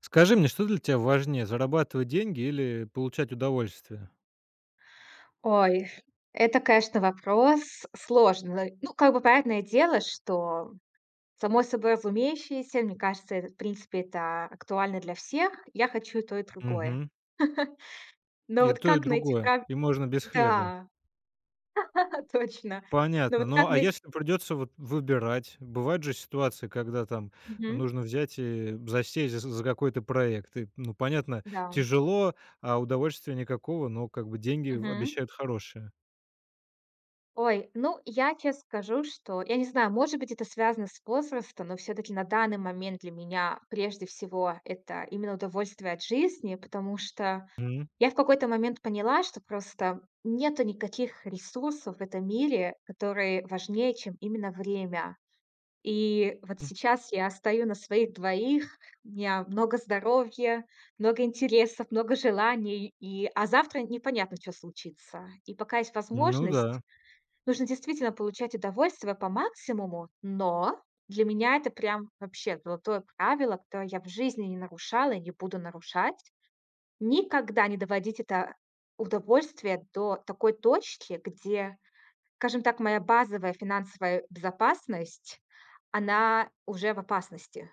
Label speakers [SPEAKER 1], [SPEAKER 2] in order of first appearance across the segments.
[SPEAKER 1] Скажи мне, что для тебя важнее: зарабатывать деньги или получать удовольствие?
[SPEAKER 2] Ой, это, конечно, вопрос сложный. Ну, как бы понятное дело, что само собой разумеющееся, мне кажется, это, в принципе, это актуально для всех. Я хочу и то, и другое.
[SPEAKER 1] Мгм.
[SPEAKER 2] Но
[SPEAKER 1] И
[SPEAKER 2] вот
[SPEAKER 1] то, и
[SPEAKER 2] как найти
[SPEAKER 1] другое.
[SPEAKER 2] прав...
[SPEAKER 1] И можно без хлеба.
[SPEAKER 2] Да, точно. Но
[SPEAKER 1] Понятно.
[SPEAKER 2] вот как
[SPEAKER 1] Ну, а
[SPEAKER 2] найти...
[SPEAKER 1] если придется вот выбирать? Бывают же ситуации, когда там нужно взять и засесть з за какой-то проект. И, ну, понятно,
[SPEAKER 2] Да.
[SPEAKER 1] тяжело, а удовольствия никакого, но как бы деньги в
[SPEAKER 2] Мгм.
[SPEAKER 1] обещают хорошие.
[SPEAKER 2] Ой, ну, я честно скажу, что, я не знаю, может быть, это связано с возрастом, но все-таки на данный момент для меня прежде всего это именно удовольствие от жизни, потому что
[SPEAKER 1] Мгм.
[SPEAKER 2] я в какой-то момент поняла, что просто нету никаких ресурсов в этом мире, которые важнее, чем именно время. И вот сейчас я стою на своих двоих, у меня много здоровья, много интересов, много желаний, а завтра непонятно, что случится. И пока есть
[SPEAKER 1] Ну
[SPEAKER 2] возможность,
[SPEAKER 1] да.
[SPEAKER 2] нужно действительно получать удовольствие по максимуму, но для меня это прям вообще золотое правило, которое я в жизни не нарушала и не буду нарушать. Никогда не доводить это удовольствие до такой точки, где, скажем так, моя базовая финансовая безопасность, она уже в опасности.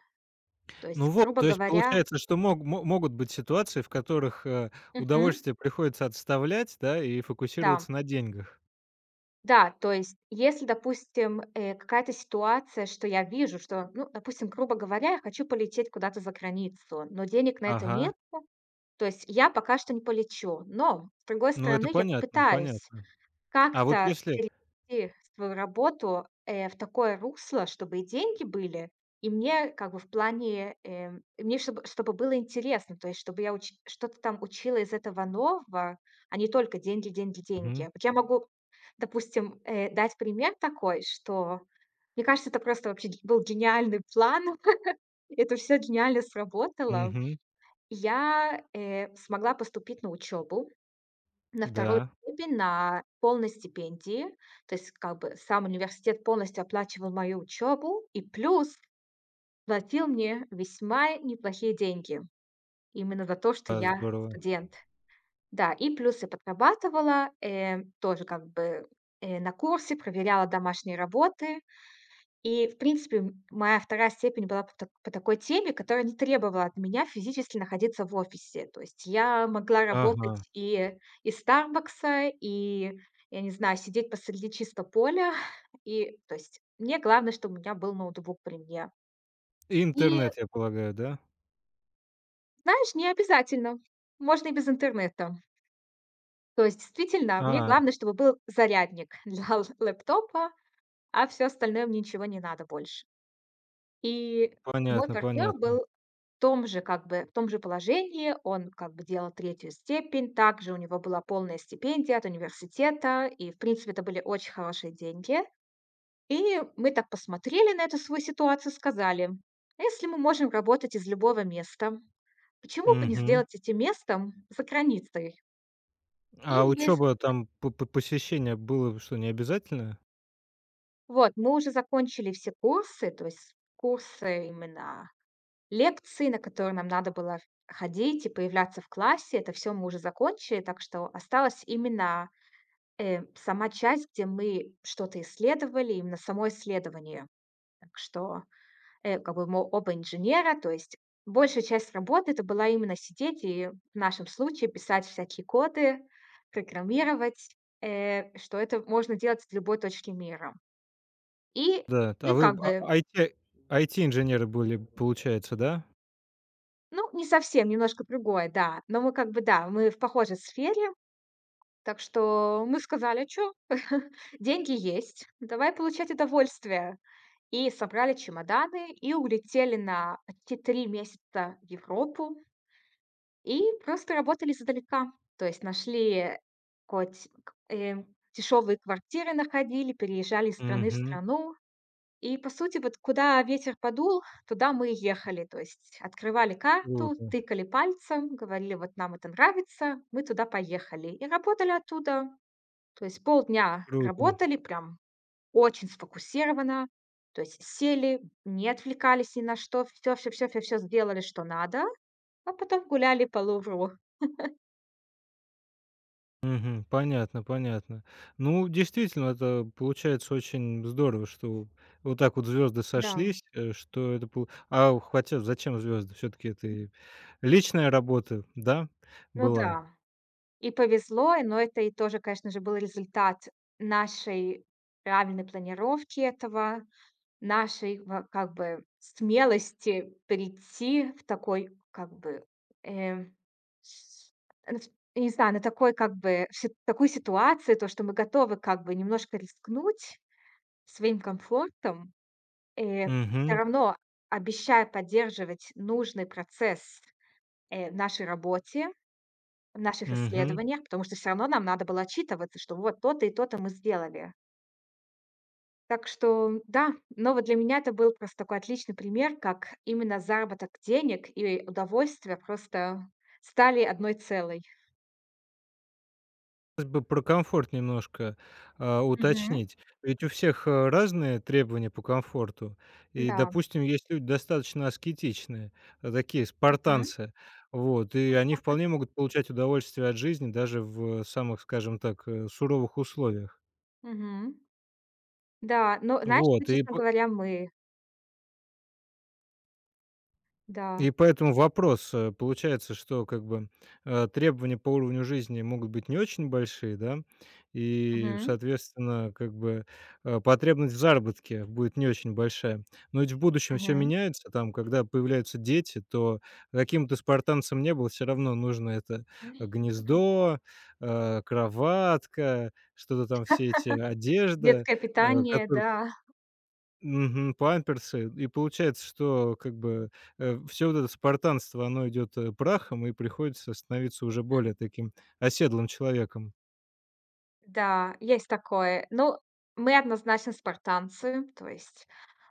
[SPEAKER 2] То
[SPEAKER 1] Ну
[SPEAKER 2] есть,
[SPEAKER 1] вот,
[SPEAKER 2] грубо
[SPEAKER 1] то есть
[SPEAKER 2] говоря.
[SPEAKER 1] получается, что могут быть ситуации, в которых,
[SPEAKER 2] Мгм.
[SPEAKER 1] удовольствие приходится отставлять, да, и
[SPEAKER 2] Да.
[SPEAKER 1] фокусироваться на деньгах.
[SPEAKER 2] Да, то есть, если, допустим, какая-то ситуация, что я вижу, что, ну, допустим, грубо говоря, я хочу полететь куда-то за границу, но денег на это
[SPEAKER 1] Ага.
[SPEAKER 2] нет, то есть я пока что не полечу. Но, с другой
[SPEAKER 1] Ну, это
[SPEAKER 2] стороны, я
[SPEAKER 1] понятно,
[SPEAKER 2] попытаюсь.
[SPEAKER 1] понятно. А вот
[SPEAKER 2] Как-то
[SPEAKER 1] если.
[SPEAKER 2] перевести свою работу, в такое русло, чтобы и деньги были, и мне как бы в плане, и мне чтобы было интересно, то есть чтобы я уч что-то там учила из этого нового, а не только деньги, деньги, деньги.
[SPEAKER 1] Мгм.
[SPEAKER 2] Вот я могу, допустим, дать пример такой, что мне кажется, это просто вообще ге был гениальный план. Это все гениально сработало.
[SPEAKER 1] Мгм.
[SPEAKER 2] Я смогла поступить на учебу. На 2-ю
[SPEAKER 1] Да.
[SPEAKER 2] степень, на полной стипендии. То есть как бы сам университет полностью оплачивал мою учебу и плюс платил мне весьма неплохие деньги именно за то, что
[SPEAKER 1] Да,
[SPEAKER 2] я
[SPEAKER 1] здорово.
[SPEAKER 2] студент. Да, и плюс я подрабатывала, тоже как бы, на курсе, проверяла домашние работы. И, в принципе, моя вторая степень была по такой теме, которая не требовала от меня физически находиться в офисе. То есть я могла
[SPEAKER 1] Ага.
[SPEAKER 2] работать и из "Старбакса", и, я не знаю, сидеть посреди чистого поля. И, то есть, мне главное, чтобы у меня был ноутбук при мне.
[SPEAKER 1] И
[SPEAKER 2] И,
[SPEAKER 1] интернет, я полагаю, да?
[SPEAKER 2] знаешь, не обязательно, можно и без интернета. То есть, действительно, мне
[SPEAKER 1] А,
[SPEAKER 2] главное, чтобы был зарядник для л лэптопа, а все остальное мне ничего не надо больше. И мой
[SPEAKER 1] понятно,
[SPEAKER 2] партнер
[SPEAKER 1] понятно.
[SPEAKER 2] был как бы, в том же положении, он как бы делал третью степень, также у него была полная стипендия от университета, и, в принципе, это были очень хорошие деньги. И мы так посмотрели на эту свою ситуацию, сказали: "А если мы можем работать из любого места, почему бы не
[SPEAKER 1] Мгм.
[SPEAKER 2] сделать этим местом за границей?" И
[SPEAKER 1] А
[SPEAKER 2] мы с
[SPEAKER 1] учеба там, по посещение было что, не обязательно?
[SPEAKER 2] мы уже закончили все курсы, то есть курсы именно лекции, на которые нам надо было ходить и появляться в классе, это все мы уже закончили, так что осталась именно, сама часть, где мы что-то исследовали, именно само исследование. Так что, как бы мы оба инженера, то есть большая часть работы — это была именно сидеть и, в нашем случае, писать всякие коды, программировать, что это можно делать с любой точки мира. И
[SPEAKER 1] Да. А
[SPEAKER 2] мы
[SPEAKER 1] вы
[SPEAKER 2] как
[SPEAKER 1] а
[SPEAKER 2] бы,
[SPEAKER 1] IT IT-инженеры были, получается, да?
[SPEAKER 2] ну, не совсем, немножко другое, да, но мы как бы, да, мы в похожей сфере. Так что мы сказали: "Чё, деньги есть, давай получать удовольствие". И собрали чемоданы, и улетели на почти 3 месяца в Европу, и просто работали издалека. То есть нашли хоть к квартиры находили, переезжали из страны в
[SPEAKER 1] Угу.
[SPEAKER 2] страну. И, по сути, вот куда ветер подул, туда мы и ехали. То есть открывали карту,
[SPEAKER 1] Круто,
[SPEAKER 2] тыкали пальцем, говорили: "Вот нам это нравится". Мы туда поехали и работали оттуда. То есть полдня
[SPEAKER 1] круто.
[SPEAKER 2] работали прям очень сфокусированно, то есть сели, не отвлекались ни на что, все все все все всё сделали, что надо, а потом гуляли по Лувру.
[SPEAKER 1] Мгм. Понятно, понятно. Ну, действительно, это получается очень здорово, что вот так вот звезды
[SPEAKER 2] Да,
[SPEAKER 1] сошлись, что это пол. А, хотя зачем звезды? Все-таки это и личная работа, да,
[SPEAKER 2] ну
[SPEAKER 1] была?
[SPEAKER 2] да. И повезло, и но это тоже, конечно же, был результат нашей правильной планировки этого, нашей во как бы смелости прийти в такой как бы, э, с н ф я не знаю, на такой как бы си такую ситуацию, то, что мы готовы как бы немножко рискнуть своим комфортом, всё
[SPEAKER 1] Угу,
[SPEAKER 2] равно обещая поддерживать нужный процесс, в нашей работе, в наших
[SPEAKER 1] мгм.
[SPEAKER 2] исследованиях, потому что все равно нам надо было отчитываться, что вот то-то и то-то мы сделали. Так что да, но вот для меня это был просто такой отличный пример, как именно заработок денег и удовольствие просто стали одной целой.
[SPEAKER 1] Хотелось бы про комфорт немножко,
[SPEAKER 2] Мгм.
[SPEAKER 1] уточнить. Ведь у всех, разные требования по комфорту. И,
[SPEAKER 2] Да.
[SPEAKER 1] допустим, есть люди достаточно аскетичные, такие
[SPEAKER 2] Мгм.
[SPEAKER 1] спартанцы, вот, и они вполне могут получать удовольствие от жизни даже в самых, скажем так, суровых условиях.
[SPEAKER 2] Мгм. Да, но знаешь, это,
[SPEAKER 1] Вот, и.
[SPEAKER 2] честно говоря, мы. Да.
[SPEAKER 1] И поэтому вопрос, получается, что как бы, требования по уровню жизни могут быть не очень большие, да, и,
[SPEAKER 2] Мгм.
[SPEAKER 1] соответственно, как бы, потребность в заработке будет не очень большая. Но ведь в будущем все
[SPEAKER 2] Мгм.
[SPEAKER 1] меняется, там, когда появляются дети, то каким ты спартанцем не был, все равно нужно это гнездо, кроватка, что-то там, все эти одежда,
[SPEAKER 2] Детское
[SPEAKER 1] э,
[SPEAKER 2] питание, да,
[SPEAKER 1] Мгм. Памперсы. И получается, что как бы, все вот это спартанство, оно идет прахом, и приходится становиться уже более таким оседлым человеком.
[SPEAKER 2] да, есть такое. Ну, мы однозначно спартанцы, то есть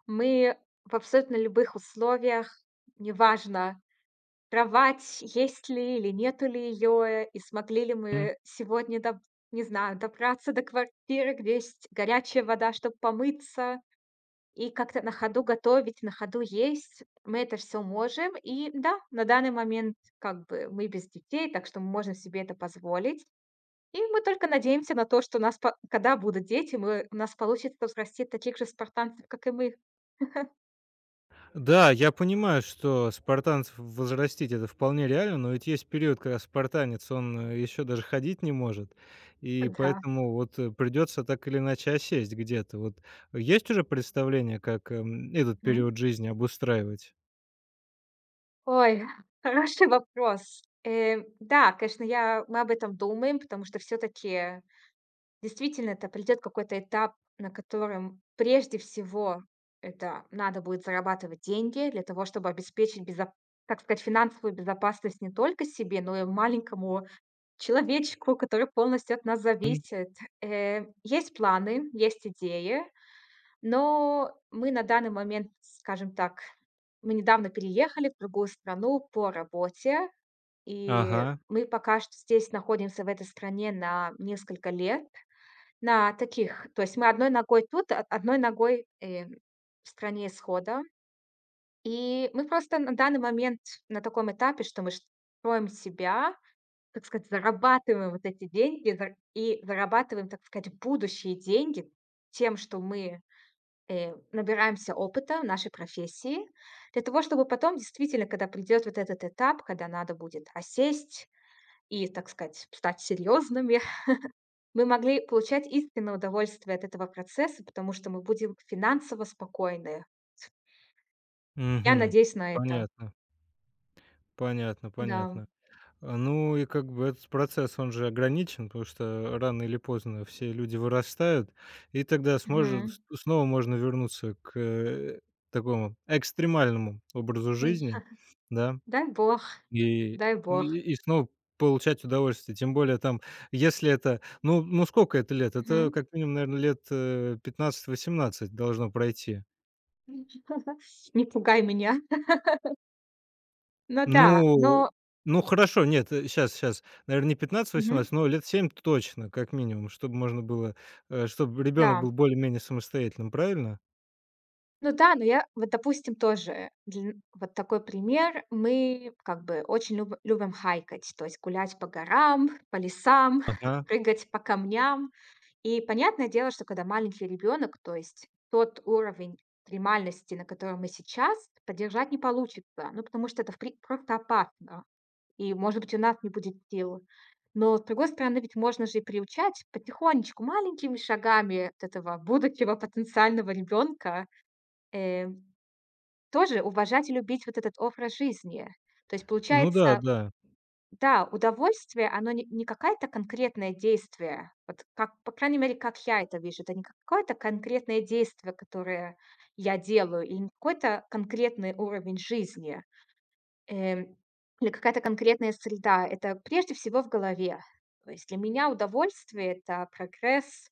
[SPEAKER 2] мы в абсолютно любых условиях, неважно, кровать есть ли или нету ли ее и смогли ли
[SPEAKER 1] М.
[SPEAKER 2] мы сегодня доб не знаю, добраться до квартиры, где есть горячая вода, чтобы помыться, и как-то на ходу готовить, на ходу есть. Мы это все можем. И да, на данный момент как бы мы без детей, так что мы можем себе это позволить. И мы только надеемся на то, что у нас по когда будут дети, мы у нас получится взрастить таких же спартанцев, как и мы.
[SPEAKER 1] Да, я понимаю, что спартанцев возрастить - это вполне реально, но ведь есть период, когда спартанец, он, еще даже ходить не может, и
[SPEAKER 2] Да.
[SPEAKER 1] поэтому вот, придётся так или иначе осесть где-то. Вот есть уже представление, как, этот
[SPEAKER 2] Мгм.
[SPEAKER 1] период жизни обустраивать?
[SPEAKER 2] Ой, хороший вопрос. Да, конечно, я мы об этом думаем, потому что все таки действительно это придет какой-то этап, на котором прежде всего это надо будет зарабатывать деньги для того, чтобы обеспечить безо так сказать, финансовую безопасность не только себе, но и маленькому человечку, который полностью от нас
[SPEAKER 1] М.
[SPEAKER 2] зависит. Есть планы, есть идеи. Но мы на данный момент, скажем так, мы недавно переехали в другую страну по работе, и
[SPEAKER 1] Ага.
[SPEAKER 2] мы пока что здесь находимся в этой стране на несколько лет. То есть мы одной ногой тут, а одной ногой, в стране исхода. И мы просто на данный момент на таком этапе, что мы строим себя, так сказать, зарабатываем вот эти деньги зар и зарабатываем, так сказать, будущие деньги тем, что мы, набираемся опыта в нашей профессии для того, чтобы потом действительно, когда придет вот этот этап, когда надо будет осесть и, так сказать, стать серьезными, мы могли получать истинное удовольствие от этого процесса, потому что мы будем финансово спокойны. Я
[SPEAKER 1] Мгм.
[SPEAKER 2] надеюсь на это.
[SPEAKER 1] Понятно. Понятно,
[SPEAKER 2] Да.
[SPEAKER 1] понятно. А, ну и как бы этот процесс, он же ограничен, потому что рано или поздно все люди вырастают, и тогда сможет
[SPEAKER 2] Мгм.
[SPEAKER 1] с снова можно вернуться к, такому экстремальному образу жизни, да,
[SPEAKER 2] Дай бог.
[SPEAKER 1] и
[SPEAKER 2] Дай бог.
[SPEAKER 1] снова получать удовольствие. Тем более там, если это ну сколько это лет? Это
[SPEAKER 2] Мгм.
[SPEAKER 1] как минимум, наверное, лет, 15-18 должно пройти.
[SPEAKER 2] Не пугай меня. Ну да, но
[SPEAKER 1] Ну ну хорошо, нет, сейчас, наверно, не
[SPEAKER 2] мгм,
[SPEAKER 1] 15-18, но лет 7 точно, как минимум, чтобы можно было, чтобы ребенок
[SPEAKER 2] да.
[SPEAKER 1] был более-менее самостоятельным, правильно?
[SPEAKER 2] Ну да, но я вот, допустим, тоже дл вот такой пример. Мы как бы очень любим хайкать, то есть гулять по горам, по лесам,
[SPEAKER 1] Ага.
[SPEAKER 2] прыгать по камням. И понятное дело, что когда маленький ребенок, то есть тот уровень экстремальности, на котором мы сейчас, поддержать не получится, ну, потому что это в при просто опасно, и, может быть, у нас не будет сил. Но, с другой стороны, ведь можно же и приучать потихонечку, маленькими шагами вот этого будущего потенциального ребенка, э тоже уважать и любить вот этот образ жизни. То есть
[SPEAKER 1] Ну да,
[SPEAKER 2] получается,
[SPEAKER 1] да.
[SPEAKER 2] да, удовольствие, оно не какое-то конкретное действие. Вот как, по крайней мере, как я это вижу, это не какое-то конкретное действие, которое я делаю, или не какой-то конкретный уровень жизни, эм, или какая-то конкретная среда. Это прежде всего в голове. То есть для меня удовольствие — это прогресс,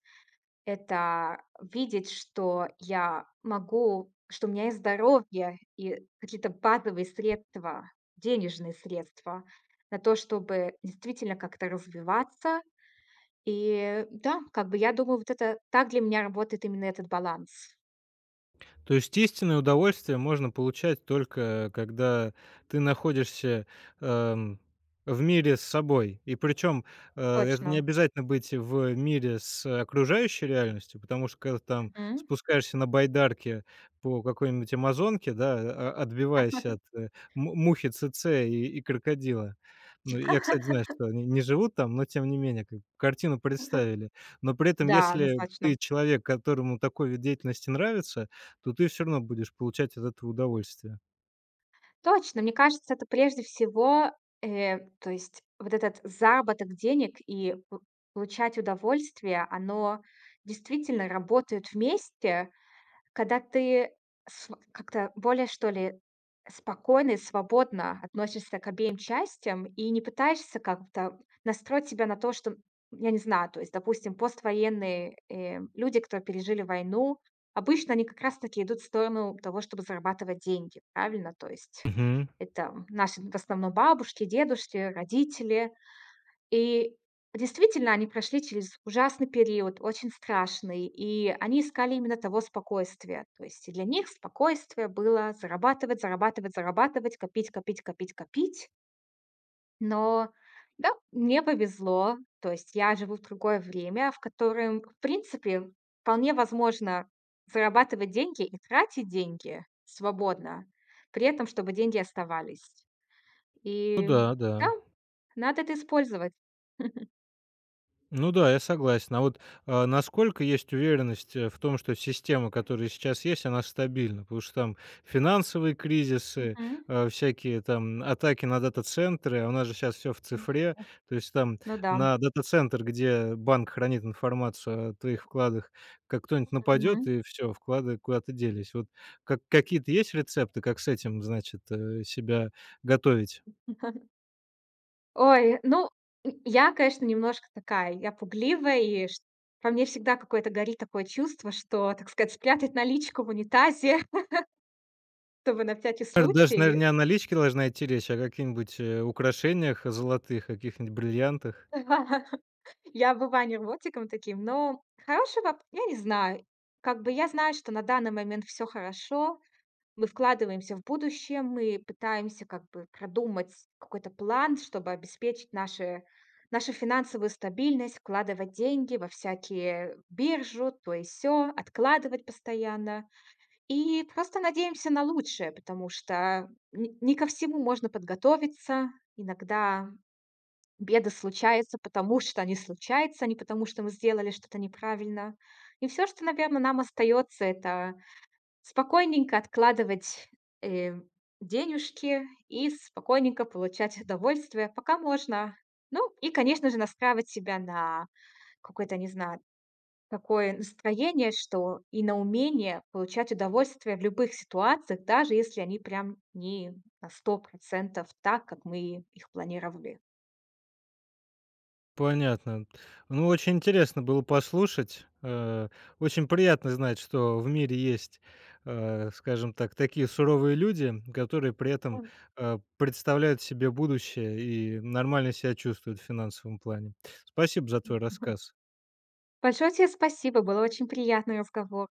[SPEAKER 2] это видеть, что я могу, что у меня есть здоровье и какие-то базовые средства, денежные средства на то, чтобы действительно как-то развиваться. И да, как бы я думаю, вот это так для меня работает именно этот баланс.
[SPEAKER 1] То есть истинное удовольствие можно получать, только когда ты находишься, эм, в мире с собой. И причем, это не
[SPEAKER 2] Точно.
[SPEAKER 1] обязательно быть в мире с окружающей реальностью, потому что когда ты там
[SPEAKER 2] Мгм.
[SPEAKER 1] спускаешься на байдарке по какой-нибудь амазонке, да, а отбиваясь от, му мухи цэцэ и крокодила. Ну, я, кстати, знаю, что они не живут там, но тем не менее, как бы картину представили. Но при этом,
[SPEAKER 2] Да,
[SPEAKER 1] если
[SPEAKER 2] однозначно.
[SPEAKER 1] ты человек, которому такой вид деятельности нравится, то ты все равно будешь получать от этого удовольствие.
[SPEAKER 2] Точно, мне кажется, это прежде всего, то есть вот этот заработок денег и получать удовольствие, оно действительно работает вместе, когда ты св как-то более, что ли, спокойно и свободно относишься к обеим частям и не пытаешься как-то настроить себя на то, что, я не знаю, то есть, допустим, поствоенные, люди, кто пережили войну, обычно они как раз таки идут в сторону того, чтобы зарабатывать деньги, правильно? То есть
[SPEAKER 1] Мгм.
[SPEAKER 2] это наши в основном бабушки, дедушки, родители. И действительно, они прошли через ужасный период, очень страшный, и они искали именно того спокойствия. То есть и для них спокойствие было зарабатывать, зарабатывать, зарабатывать, копить, копить, копить, копить. Но да, мне повезло. То есть я живу в другое время, в котором, в принципе, вполне возможно зарабатывать деньги и тратить деньги свободно, при этом чтобы деньги оставались.
[SPEAKER 1] Ну
[SPEAKER 2] И
[SPEAKER 1] да,
[SPEAKER 2] да,
[SPEAKER 1] да.
[SPEAKER 2] надо это использовать.
[SPEAKER 1] Ну да, я согласен. А вот, насколько есть уверенность, в том, что система, которая сейчас есть, она стабильна? Потому что там финансовые кризисы,
[SPEAKER 2] Мгм.
[SPEAKER 1] всякие там атаки на дата-центры, а у нас же сейчас все в цифре. То есть там
[SPEAKER 2] Ну да.
[SPEAKER 1] на дата-центр, где банк хранит информацию о твоих вкладах, как кто-нибудь
[SPEAKER 2] Мгм.
[SPEAKER 1] нападет, и все, вклады куда-то делись. Вот как какие-то есть рецепты, как с этим, значит, себя готовить?
[SPEAKER 2] Ой, ну, я, конечно, немножко такая, я пугливая, и ш во мне всегда какое-то горит такое чувство, что, так сказать, спрятать наличку в унитазе, чтобы на всякий
[SPEAKER 1] Наверно, даже, наверное,
[SPEAKER 2] случай.
[SPEAKER 1] не о наличке должна идти речь, а о каких-нибудь, украшениях золотых, о каких-нибудь бриллиантах.
[SPEAKER 2] Я бываю нервотиком таким, но хороший воп я не знаю. Как бы я знаю, что на данный момент все хорошо. Мы вкладываемся в будущее, мы пытаемся как бы продумать какой-то план, чтобы обеспечить наши нашу финансовую стабильность, вкладывать деньги во всякие биржу, то и все, откладывать постоянно. И просто надеемся на лучшее, потому что н не ко всему можно подготовиться. Иногда беды случаются, потому что они случаются, а не потому, что мы сделали что-то неправильно. И все, что, наверное, нам остается, — это спокойненько откладывать, э, денежки и спокойненько получать удовольствие, пока можно. Ну и, конечно же, настраивать себя на какое-то, не знаю, такое настроение, что и на умение получать удовольствие в любых ситуациях, даже если они прям не на 100% так, как мы их планировали.
[SPEAKER 1] Понятно. Ну, очень интересно было послушать. Очень приятно знать, что в мире есть, скажем так, такие суровые люди, которые при этом,
[SPEAKER 2] Мгм.
[SPEAKER 1] представляют себе будущее и нормально себя чувствуют в финансовом плане. Спасибо за твой рассказ.
[SPEAKER 2] Большое тебе спасибо, было очень приятный разговор.